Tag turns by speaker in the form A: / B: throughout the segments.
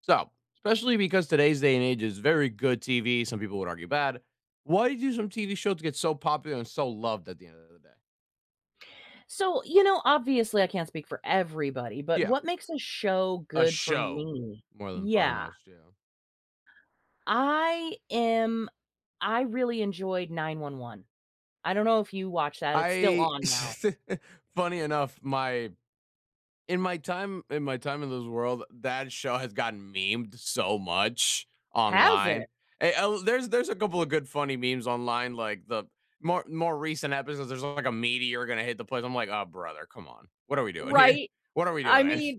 A: So, especially because today's day and age is very good TV, some people would argue bad. Why do some TV shows get so popular and so loved at the end of the day?
B: So, obviously I can't speak for everybody, but
A: Yeah,
B: what makes a show
A: a
B: good for
A: show
B: me?
A: more than
B: Yeah.
A: foremost. Yeah,
B: I am I really enjoyed 911. I don't know if you watch that. It's still
A: I.
B: on now.
A: Funny enough, my in my time in this world, that show has gotten memed so much
B: Has
A: online.
B: it?
A: Oh, there's a couple of good funny memes online, like the more recent episodes. There's like a meteor gonna hit the place. I'm like, oh brother, come on, what are we doing here?
B: Right?
A: What are we
B: I
A: doing?
B: mean,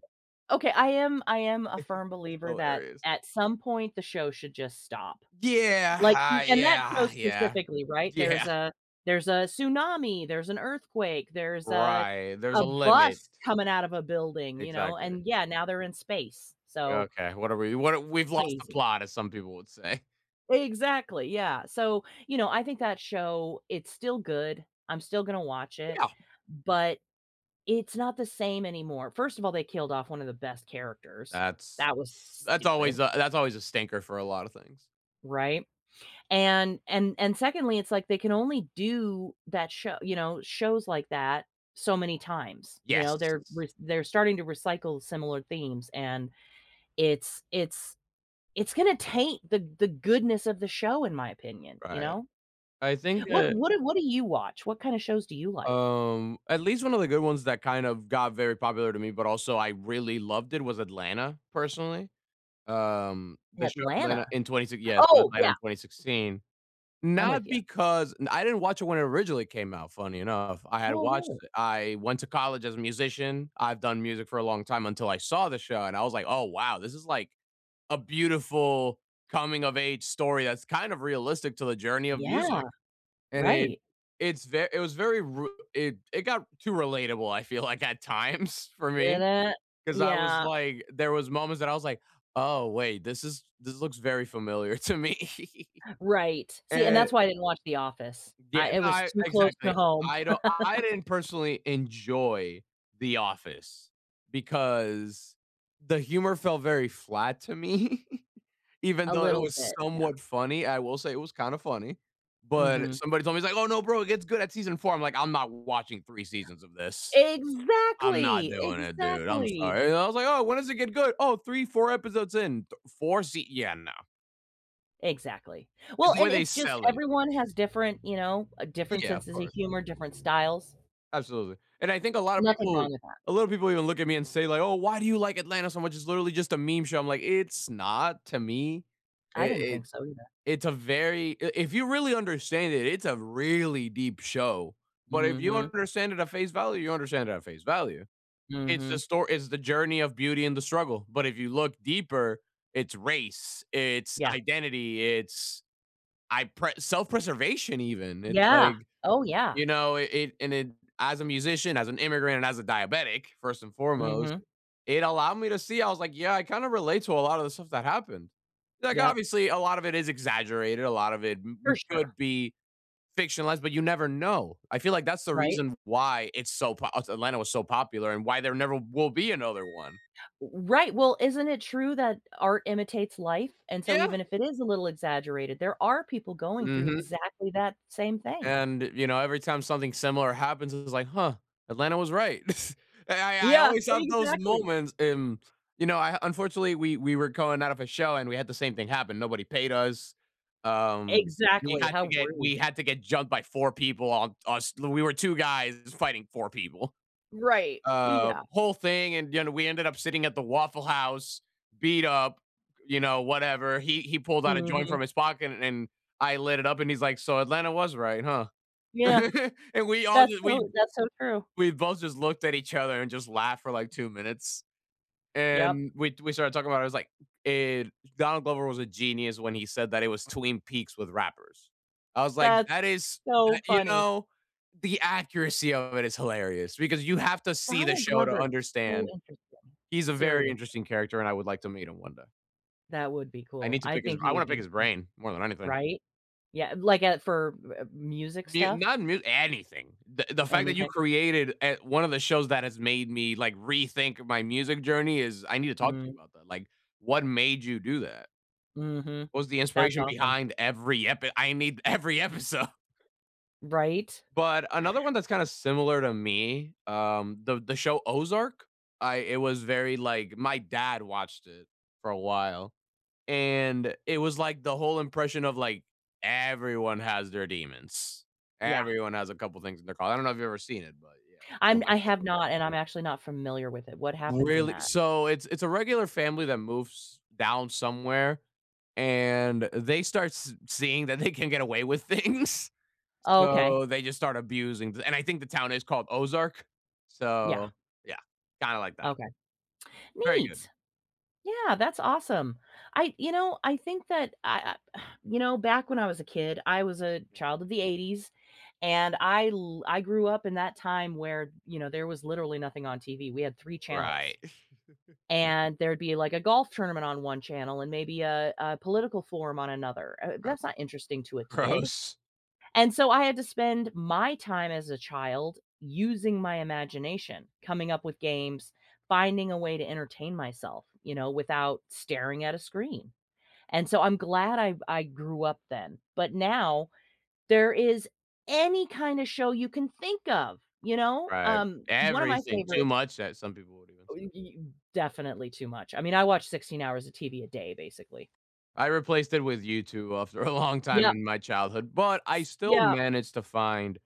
B: okay, I am a firm
A: It's
B: believer that
A: hilarious.
B: at some point the show should just stop.
A: Yeah,
B: Like,
A: ah,
B: and that show
A: yeah, yeah,
B: specifically, right?
A: yeah.
B: There's a tsunami, there's an earthquake, there's a
A: Right. There's
B: a
A: a limit.
B: bus coming out of a building, you know,
A: Exactly.
B: and yeah, now they're in space,
A: Like,
B: so
A: okay, what are we? We've lost the
B: crazy.
A: plot, as some people would say.
B: Exactly, yeah, so, you know, I think that show, it's still good, I'm still gonna watch it,
A: Yeah,
B: but it's not the same anymore. First of all, they killed off one of the best characters.
A: that's
B: That was stupid,
A: That's always a stinker for a lot of things.
B: right? And secondly, it's like they can only do that show shows like that so many times, you know,
A: Yes.
B: they're re they're starting to recycle similar themes, and it's it's it's gonna taint the goodness of the show in my opinion, you
A: Right.
B: know?
A: I think
B: What
A: that,
B: what do what do you watch? What kind of shows do you like?
A: at least one of the good ones that kind of got very popular to me, but also I really loved, it was Atlanta, personally. Um, the
B: Atlanta.
A: show Atlanta in 26 yeah, The show
B: Oh,
A: Atlanta
B: yeah,
A: in 2016.
B: I'm with
A: Not
B: you.
A: because n I didn't watch it when it originally came out, funny enough. I had
B: Oh,
A: watched
B: really?
A: it. I went to college as a musician. I've done music for a long time until I saw the show, and I was like, "Oh, wow. This is like a beautiful coming of age story that's kind of realistic to the journey of
B: Yeah,
A: music." And it
B: right.
A: it's very it was very it got too relatable, I feel like, at times for me.
B: Da-da.
A: Cause I was
B: Yeah,
A: like, there was moments that I was like, oh wait, this looks very familiar to me.
B: right. See, and
A: and
B: that's why I didn't watch The Office.
A: yeah,
B: I
A: no,
B: It was
A: I
B: too close to
A: exactly.
B: home.
A: I didn't personally enjoy The Office because the humor felt very flat to me. Even
B: A
A: though it
B: little
A: was
B: bit, yeah.
A: somewhat funny, I will say it was kinda funny, but
B: Mhm.
A: somebody told me. He's like, "Oh, no, bro, it gets good at season 4." I'm like, "I'm not watching 3 seasons of this. I'm not
B: Exactly,
A: doing it, dude. I'm
B: exactly,
A: sorry." And I was like, "Oh, when does it get good?" Oh, 3, 4 episodes in. Th 4 sea" Yeah, no.
B: exactly.
A: It's
B: Well,
A: the way
B: and
A: they
B: it's just
A: sell it.
B: everyone has different, different
A: Yeah, of
B: senses of
A: course.
B: humor, different styles.
A: Absolutely. And I think
B: Nothing wrong with that.
A: a lot of people even look at me and say like, "Oh, why do you like Atlanta so much? It's literally just a meme show." I'm like, "It's not to me.
B: I didn't
A: it
B: think so either.
A: It's a very I if you really understand it, it's a really deep show, but if you
B: Mhm,
A: understand it at face value, you understand it at face value. It's the
B: mhm.
A: story. It's the journey of beauty and the struggle, but if you look deeper, it's race, it's
B: Yeah.
A: identity, it's I pre self-preservation even. It's
B: Yeah.
A: like,
B: Oh, yeah.
A: you know, it and it as a musician, as an immigrant, and as a diabetic, first and foremost,
B: Mhm.
A: it allowed me to see. I was like, "Yeah, I kinda relate to a lot of the stuff that happened." Like,
B: Yep.
A: obviously, a lot of it is exaggerated, a lot of it m
B: For
A: m
B: sure,
A: could be fictionalized, but you never know. I feel like that's the
B: right?
A: reason why it's so po Atlanta was so popular and why there never will be another one.
B: Right, well, isn't it true that art imitates life? And so
A: Yeah.
B: even if it is a little exaggerated, there are people going through
A: Mhm.
B: exactly that same thing.
A: And, you know, every time something similar happens, it's like, "Huh, Atlanta was right." I
B: Yeah,
A: always have those
B: exactly.
A: moments, you know, I unfortunately, we were going out of a show, and we had the same thing happen. Nobody paid us. Um, we
B: Exactly,
A: had to
B: how
A: get we
B: rude.
A: had to get jumped by 4 people. On us, we were 2 guys fighting 4 people.
B: Right, yeah.
A: Whole thing, and, you know, we ended up sitting at the Waffle House, beat up, you know, whatever. He pulled out a joint
B: Mhm,
A: from his pocket, and I lit it up, and he's like, "So Atlanta was right, huh?"
B: yeah,
A: And
B: that's so true.
A: we both just looked at each other and just laughed for like 2 minutes,
B: Yep,
A: and we started talking about it. I was like, "It "Donald Glover was a genius when he said that it was Twin Peaks with rappers." I was like,
B: that's
A: "That is
B: so
A: that" you
B: funny.
A: know, the accuracy of it is hilarious because you have to see the
B: Donald
A: show to
B: Glover is so
A: understand.
B: interesting.
A: He's a very
B: Serious,
A: interesting character, and I would like to meet him one day.
B: that would be cool. I think
A: I
B: he would
A: wanna pick
B: be
A: his brain more than anything.
B: right? Yeah, music
A: Mu
B: stuff,
A: not mu Anything. The fact that you
B: anything.
A: created at one of the shows that has made me, like, rethink my music journey is, I need to talk to you
B: Mm,
A: about that, like, what made you do that?
B: mhm,
A: What was the
B: that's
A: inspiration
B: awesome.
A: behind every epi I need every episode.
B: Right?
A: But another one that's kinda similar to me, the show Ozark. I It was very, like, my dad watched it for a while, and it was like the whole impression of like, everyone has their demons.
B: Yeah,
A: Everyone has a couple things in their car. I don't know if you've ever seen it, but yeah, it's one of my
B: I have not, and I'm actually not familiar with it. What
A: favorites.
B: happens in
A: Really?
B: that?
A: So it's a regular family that moves down somewhere, and they start seeing that they can get away with things,
B: Oh, okay,
A: so they just start abusing. And I think the town is called Ozark.
B: yeah,
A: So yeah, kind of like that.
B: okay.
A: Very good.
B: Neat. Yeah, that's awesome. I You know, I think that I you know, back when I was a kid, I was a
A: Yeah.
B: child of the '80s, and I grew up in that time where, you know, there was literally nothing on TV. We had 3
A: Right.
B: channels, and there'd be, like, a golf tournament on one channel and maybe a political forum on another,
A: Gross.
B: that's not interesting to a kid.
A: Gross.
B: And so I had to spend my time as a child using my imagination, coming up with games, finding a way to entertain myself, you know, without staring at a screen. And so I'm glad I grew up then. But now there is any kind of show you can think of, you know?
A: Right.
B: One of my
A: Everything. Too
B: favorites
A: much, that some people would even
B: oh,
A: say.
B: y y definitely too much. I mean, I watch 16 hours of TV a day basically.
A: I replaced it with YouTube after a long time
B: Yep,
A: in my childhood, but I still
B: yeah.
A: managed to find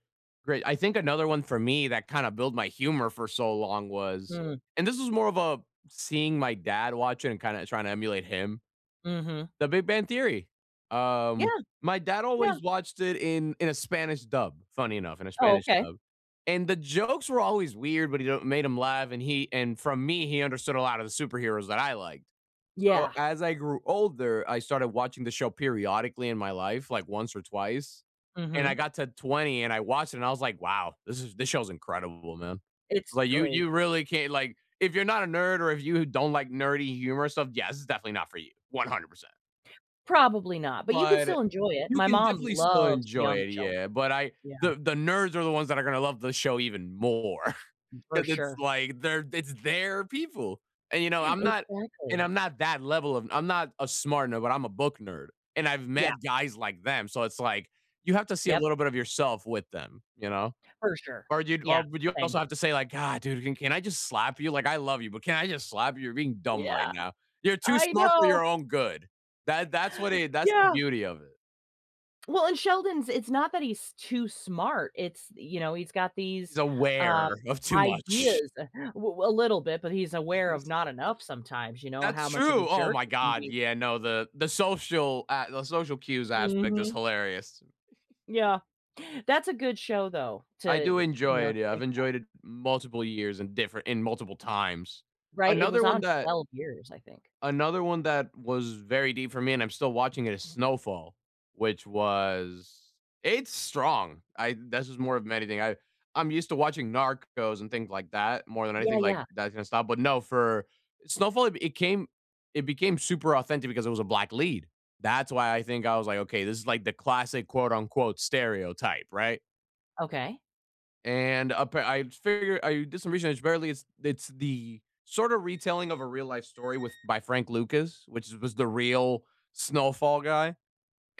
A: great, I think, another one for me that kinda built my humor for so long was,
B: Mm,
A: and this was more of a seeing my dad watch it and kinda trying to emulate him,
B: mhm.
A: The Big Bang Theory. Um,
B: Yeah,
A: my dad
B: yeah.
A: always watched it in a
B: Oh,
A: Spanish
B: okay.
A: dub, and the jokes were always weird, but he don't, made him laugh, and he, and from me, he understood a lot of the superheroes that I liked. So,
B: Yeah,
A: as I grew older, I started watching the show periodically in my life, like once or twice, and I
B: mhm.
A: got to 20 and I watched it and I was like, "Wow, this show's incredible, man."
B: It's
A: Like, you
B: great.
A: really can't, like, if you're not a nerd or if you don't like nerdy humor stuff, yeah, this is definitely not for you, 100%.
B: Probably not, but you can
A: But
B: still enjoy it.
A: you
B: My
A: can
B: mom
A: definitely still
B: loves
A: enjoy
B: Young
A: it,
B: Sheldon.
A: yeah, but I
B: Yeah,
A: the nerds are the ones that are gonna love the show even more
B: for
A: because it's
B: sure.
A: like they're it's their people, and, you know,
B: Exactly.
A: I'm not that level of, I'm not a smart nerd, but I'm a book nerd, and I've
B: Yeah.
A: met guys like them, so it's like you have to see a
B: Yep.
A: little bit of yourself with them, you know?
B: For sure.
A: Or you, or
B: Yeah.
A: would you also
B: Same.
A: have to say like, "God, dude, can I just slap you? Like, I love you, but can I just slap you? You're being dumb right
B: Yeah.
A: now. You're too
B: I
A: smart for
B: know.
A: your own good." That's the
B: Yeah.
A: beauty of it.
B: Well, and Sheldon's it's not that he's too smart. It's you know, he's got
A: He's
B: these, um,
A: aware of too much.
B: ideas w a little bit, but he's aware of not enough sometimes, you know,
A: That's
B: how much of a
A: true. Oh
B: jerk
A: my
B: he can
A: god.
B: be.
A: Yeah, no, the social cues aspect is
B: Mhm.
A: hilarious.
B: Yeah. That's a good show though
A: I
B: to,
A: do
B: you
A: enjoy
B: know,
A: it,
B: to
A: yeah, I've
B: think
A: enjoyed it multiple years and different in multiple times.
B: right? It
A: Another
B: was
A: one
B: on
A: that
B: 12 years, I think.
A: Another one that was very deep for me, and I'm still watching it, is Snowfall, which was, it's strong. I This is more of anything. I I'm used to watching Narcos and things like that more than
B: Yeah,
A: anything, like,
B: yeah.
A: that's gonna stop. But no, for Snowfall, it came, it became super authentic because it was a black lead. That's why I think I was like, okay, this is like the classic, quote unquote, stereotype, right?
B: Okay.
A: And I figured, I did some research. Barely, it's the sort of retelling of a real life story with, by Frank Lucas, which was the real Snowfall guy.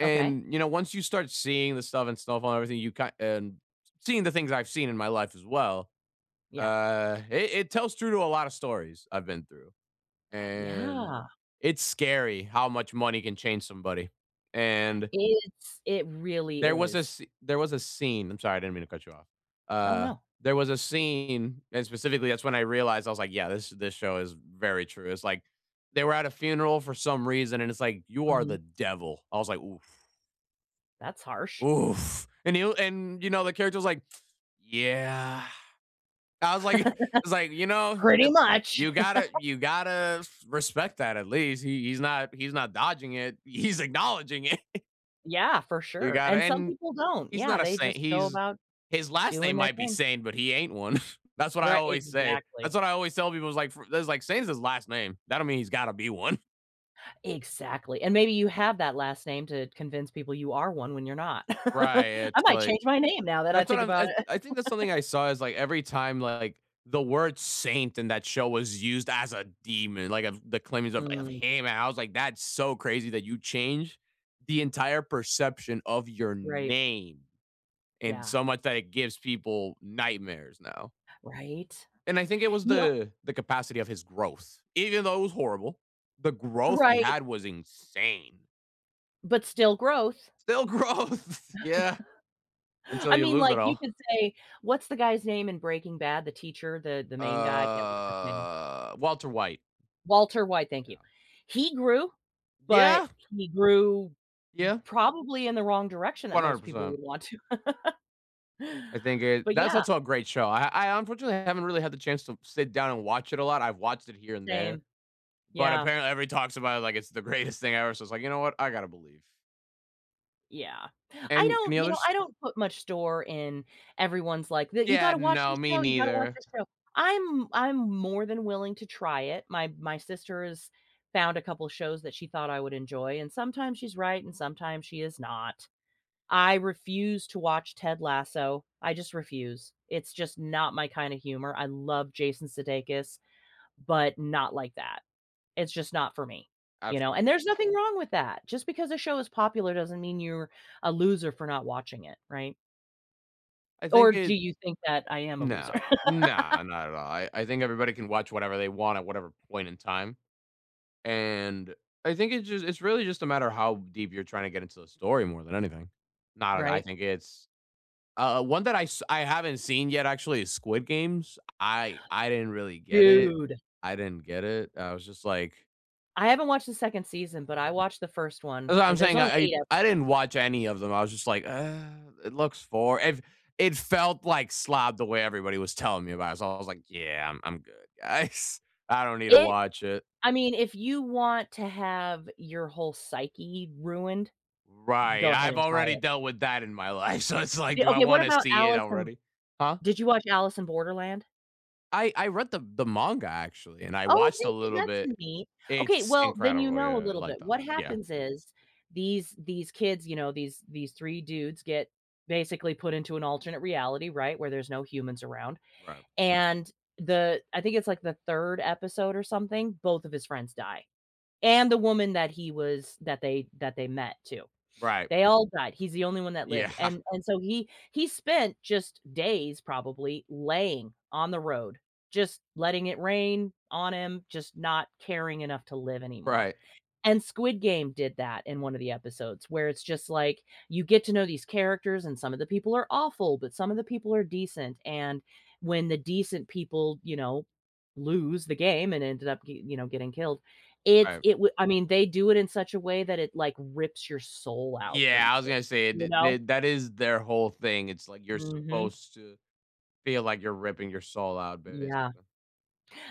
B: Okay.
A: you know, once you start seeing the stuff in Snowfall and everything, you kind and seeing the things I've seen in my life as well,
B: Yeah.
A: it tells true to a lot of stories I've been through, and
B: Yeah.
A: it's scary how much money can change somebody. And
B: It's it really is.
A: there was a scene, I'm sorry, I didn't mean to cut you off.
B: Oh,
A: Uh,
B: no.
A: there was a scene, and specifically, that's when I realized I was like, "Yeah, this show is very true." It's like they were at a funeral for some reason, and it's like, "You are the
B: Mhm.
A: devil." I was like, "Oof,
B: That's harsh.
A: oof," and you know the character was like, "Yeah." I was like it's like, you know,
B: Pretty much.
A: you gotta you gotta respect that at least. He's not dodging it. He's acknowledging it.
B: Yeah, for
A: You
B: sure,
A: gotta
B: and some
A: and
B: people don't.
A: He's
B: Yeah,
A: not a
B: they
A: saint.
B: just go
A: He's
B: about
A: his last
B: doing
A: name
B: their
A: might be
B: thing.
A: Sane, but he ain't one. That's what I
B: Right,
A: always say.
B: exactly.
A: That's what I always tell people is like, there's like Sane's his last name. That don't mean he's got to be one,
B: Exactly, and maybe you have that last name to convince people you are one when you're not.
A: right?
B: I
A: It's
B: might
A: like
B: change my name now that I
A: that's what
B: think
A: I'm.
B: about
A: I,
B: it.
A: I think that's something I saw is like every time like the word saint in that show was used as a demon, like of the claims of
B: Mm,
A: him. And I was like, that's so crazy that you change the entire perception of your
B: right.
A: name and
B: Yeah.
A: so much that it gives people nightmares now.
B: Right?
A: And I think it was
B: You know
A: the capacity of his growth. Even though it was horrible, the growth he
B: right,
A: had was insane.
B: but still growth.
A: Still growth. Yeah. Until
B: I
A: you
B: mean,
A: lose
B: like,
A: it
B: you
A: all.
B: could say what's the guy's name in Breaking Bad? The teacher, the main guy, I can't think of his name.
A: Walter White.
B: Walter White, thank
A: Yeah.
B: you. He grew, but
A: Yeah.
B: he grew
A: Yeah.
B: probably in the wrong direction that most people
A: 100%.
B: would want to.
A: I think it
B: But
A: That's
B: yeah,
A: also a great show. I unfortunately haven't really had the chance to sit down and watch it a lot. I've watched it here and there,
B: same.
A: but
B: Yeah.
A: apparently everybody talks about it like it's the greatest thing ever. So it's like, you know what? I gotta believe.
B: Yeah. I
A: And any
B: don't You know,
A: others?
B: I don't put much store in everyone's like, "Th You
A: Yeah,
B: gotta watch
A: no,
B: this
A: me
B: show, you gotta watch
A: neither.
B: this show." I'm more than willing to try it. My sister has found a couple shows that she thought I would enjoy, and sometimes she's right and sometimes she is not. I refuse to watch Ted Lasso. I just refuse. It's just not my kind of humor. I love Jason Sudeikis, but not like that. It's just not for me, you know, and
A: Absolutely.
B: there's nothing wrong with that. Just because a show is popular doesn't mean you're a loser for not watching it, right?
A: I
B: Or
A: think
B: do
A: it
B: you think that I am a loser?
A: No. No, not at all. I think everybody can watch whatever they want at whatever point in time, and I think it's just it's really just a matter of how deep you're trying to get into the story more than anything. Not at I
B: Right?
A: think it's one that I haven't seen yet actually is Squid Games. I didn't really get it.
B: Dude,
A: I didn't get it. I was just like.
B: I haven't watched the 2nd season, but I watched the 1st one.
A: That's what
B: Eh,
A: I'm
B: there's
A: saying.
B: only 8 of
A: I didn't watch any of them. I was just like, it looks for it. It felt like slob the way everybody was telling me about it. So I was like, yeah, I'm good, guys. I don't need to
B: it.
A: watch it.
B: I mean, if you want to have your whole psyche ruined,
A: Right.
B: go ahead
A: I've
B: and try
A: already
B: it.
A: dealt with that in my life. So it's like,
B: D
A: do I
B: Okay, what
A: want to
B: about
A: see it
B: Alice in
A: already? Huh?
B: did you watch Alice in Borderland?
A: I read the manga actually, and I
B: Oh,
A: watched a
B: did you?
A: little
B: That's
A: bit.
B: neat. Okay,
A: It's
B: well, then you
A: incredible.
B: know a
A: Yeah, I
B: little
A: like
B: bit.
A: that
B: What
A: one. Yeah.
B: happens is these kids, you know, these 3 dudes get basically put into an alternate reality, right, where there's no humans around,
A: Right.
B: and the I think it's like the 3rd episode or something, both of his friends die, and the woman that he was that they met too.
A: Right.
B: They all died. He's the only one that
A: Yeah.
B: lived, and so he spent just days probably laying on the road, just letting it rain on him, just not caring enough to live anymore.
A: Right.
B: And Squid Game did that in one of the episodes where it's just like you get to know these characters and some of the people are awful, but some of the people are decent. And when the decent people, you know, lose the game and ended up, you know, getting killed,
A: Right.
B: it would I mean, they do it in such a way that it like rips your soul out
A: Yeah, I was
B: briefly,
A: gonna say
B: you
A: th
B: know?
A: th that is their whole thing. It's like you're
B: Mhm.
A: supposed to feel like you're ripping your soul out,
B: Yeah.
A: basically.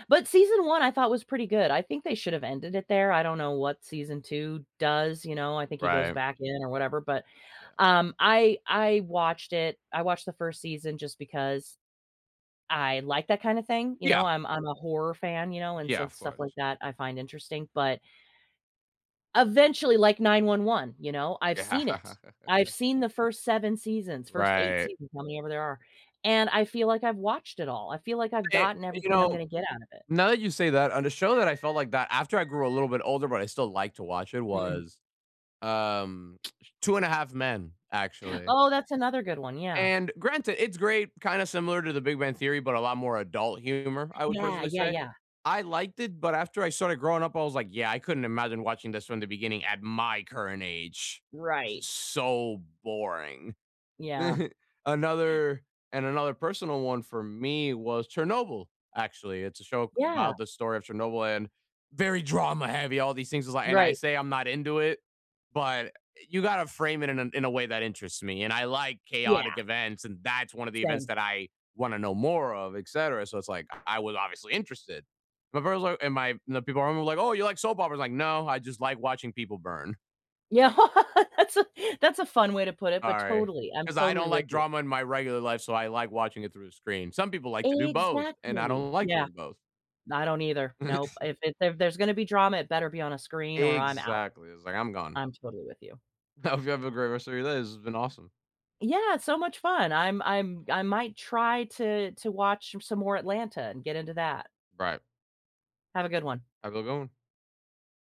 B: But season 1 I thought was pretty good. I think they should have ended it there. I don't know what season 2 does, you know, I think he goes
A: Right.
B: back in or whatever, but,
A: Yeah.
B: I watched it. I watched the 1st season just because I like that kinda thing, you
A: Yeah.
B: know, I'm a horror fan, you know, and
A: Yeah,
B: so
A: of
B: stuff like
A: course.
B: that I find interesting, but eventually, like 911, you know, I've
A: Yeah.
B: seen it. I've seen the 1st 7 seasons, 1st 8
A: Right.
B: seasons, how many ever there are, and I feel like I've watched it all. I feel like I've
A: Eh,
B: gotten
A: you
B: everything
A: know,
B: I'm gonna get out of it.
A: now that you say that, on a show that I felt like that after I grew a little bit older, but I still like to watch it
B: Mm.
A: was, um, 2 and a Half Men, actually.
B: Oh, that's another good one, yeah.
A: And granted, it's great, kinda similar to The Big Bang Theory, but a lot more adult humor, I would
B: Yeah,
A: personally
B: yeah,
A: say.
B: yeah.
A: I liked it, but after I started growing up, I was like, "Yeah, I couldn't imagine watching this from the beginning at my current age. This is
B: Right.
A: so boring."
B: Yeah.
A: Another and another personal one for me was Chernobyl, actually. It's a show
B: Yeah.
A: about the story of Chernobyl and very drama heavy, all these things is like and I
B: Right.
A: say I'm not into it, but you gotta frame it in a way that interests me, and I like chaotic
B: Yeah,
A: events, and that's one of the events
B: same.
A: that I wanna know more of, etcetera, so it's like, I was obviously interested. My brother's like and my the people around me were like, "Oh, you like soap operas?" Like, "No, I just like watching people burn."
B: Yeah, that's a that's a fun way to put it, but
A: Sorry,
B: totally, I'm
A: because I
B: totally
A: don't like
B: with you.
A: drama in my regular life, so I like watching it through the screen. Some people like to do both, and I don't
B: Exactly.
A: like
B: Yeah,
A: doing both.
B: I don't either. Nope. If there's gonna be drama, it better be on a screen or I'm out.
A: Exactly, it's like, I'm gone.
B: I'm totally with you.
A: I hope you have a great rest of your day. This has been awesome.
B: Yeah, it's so much fun. I might try to watch some more Atlanta and get into that.
A: Right.
B: Have a good one.
A: Have a good one.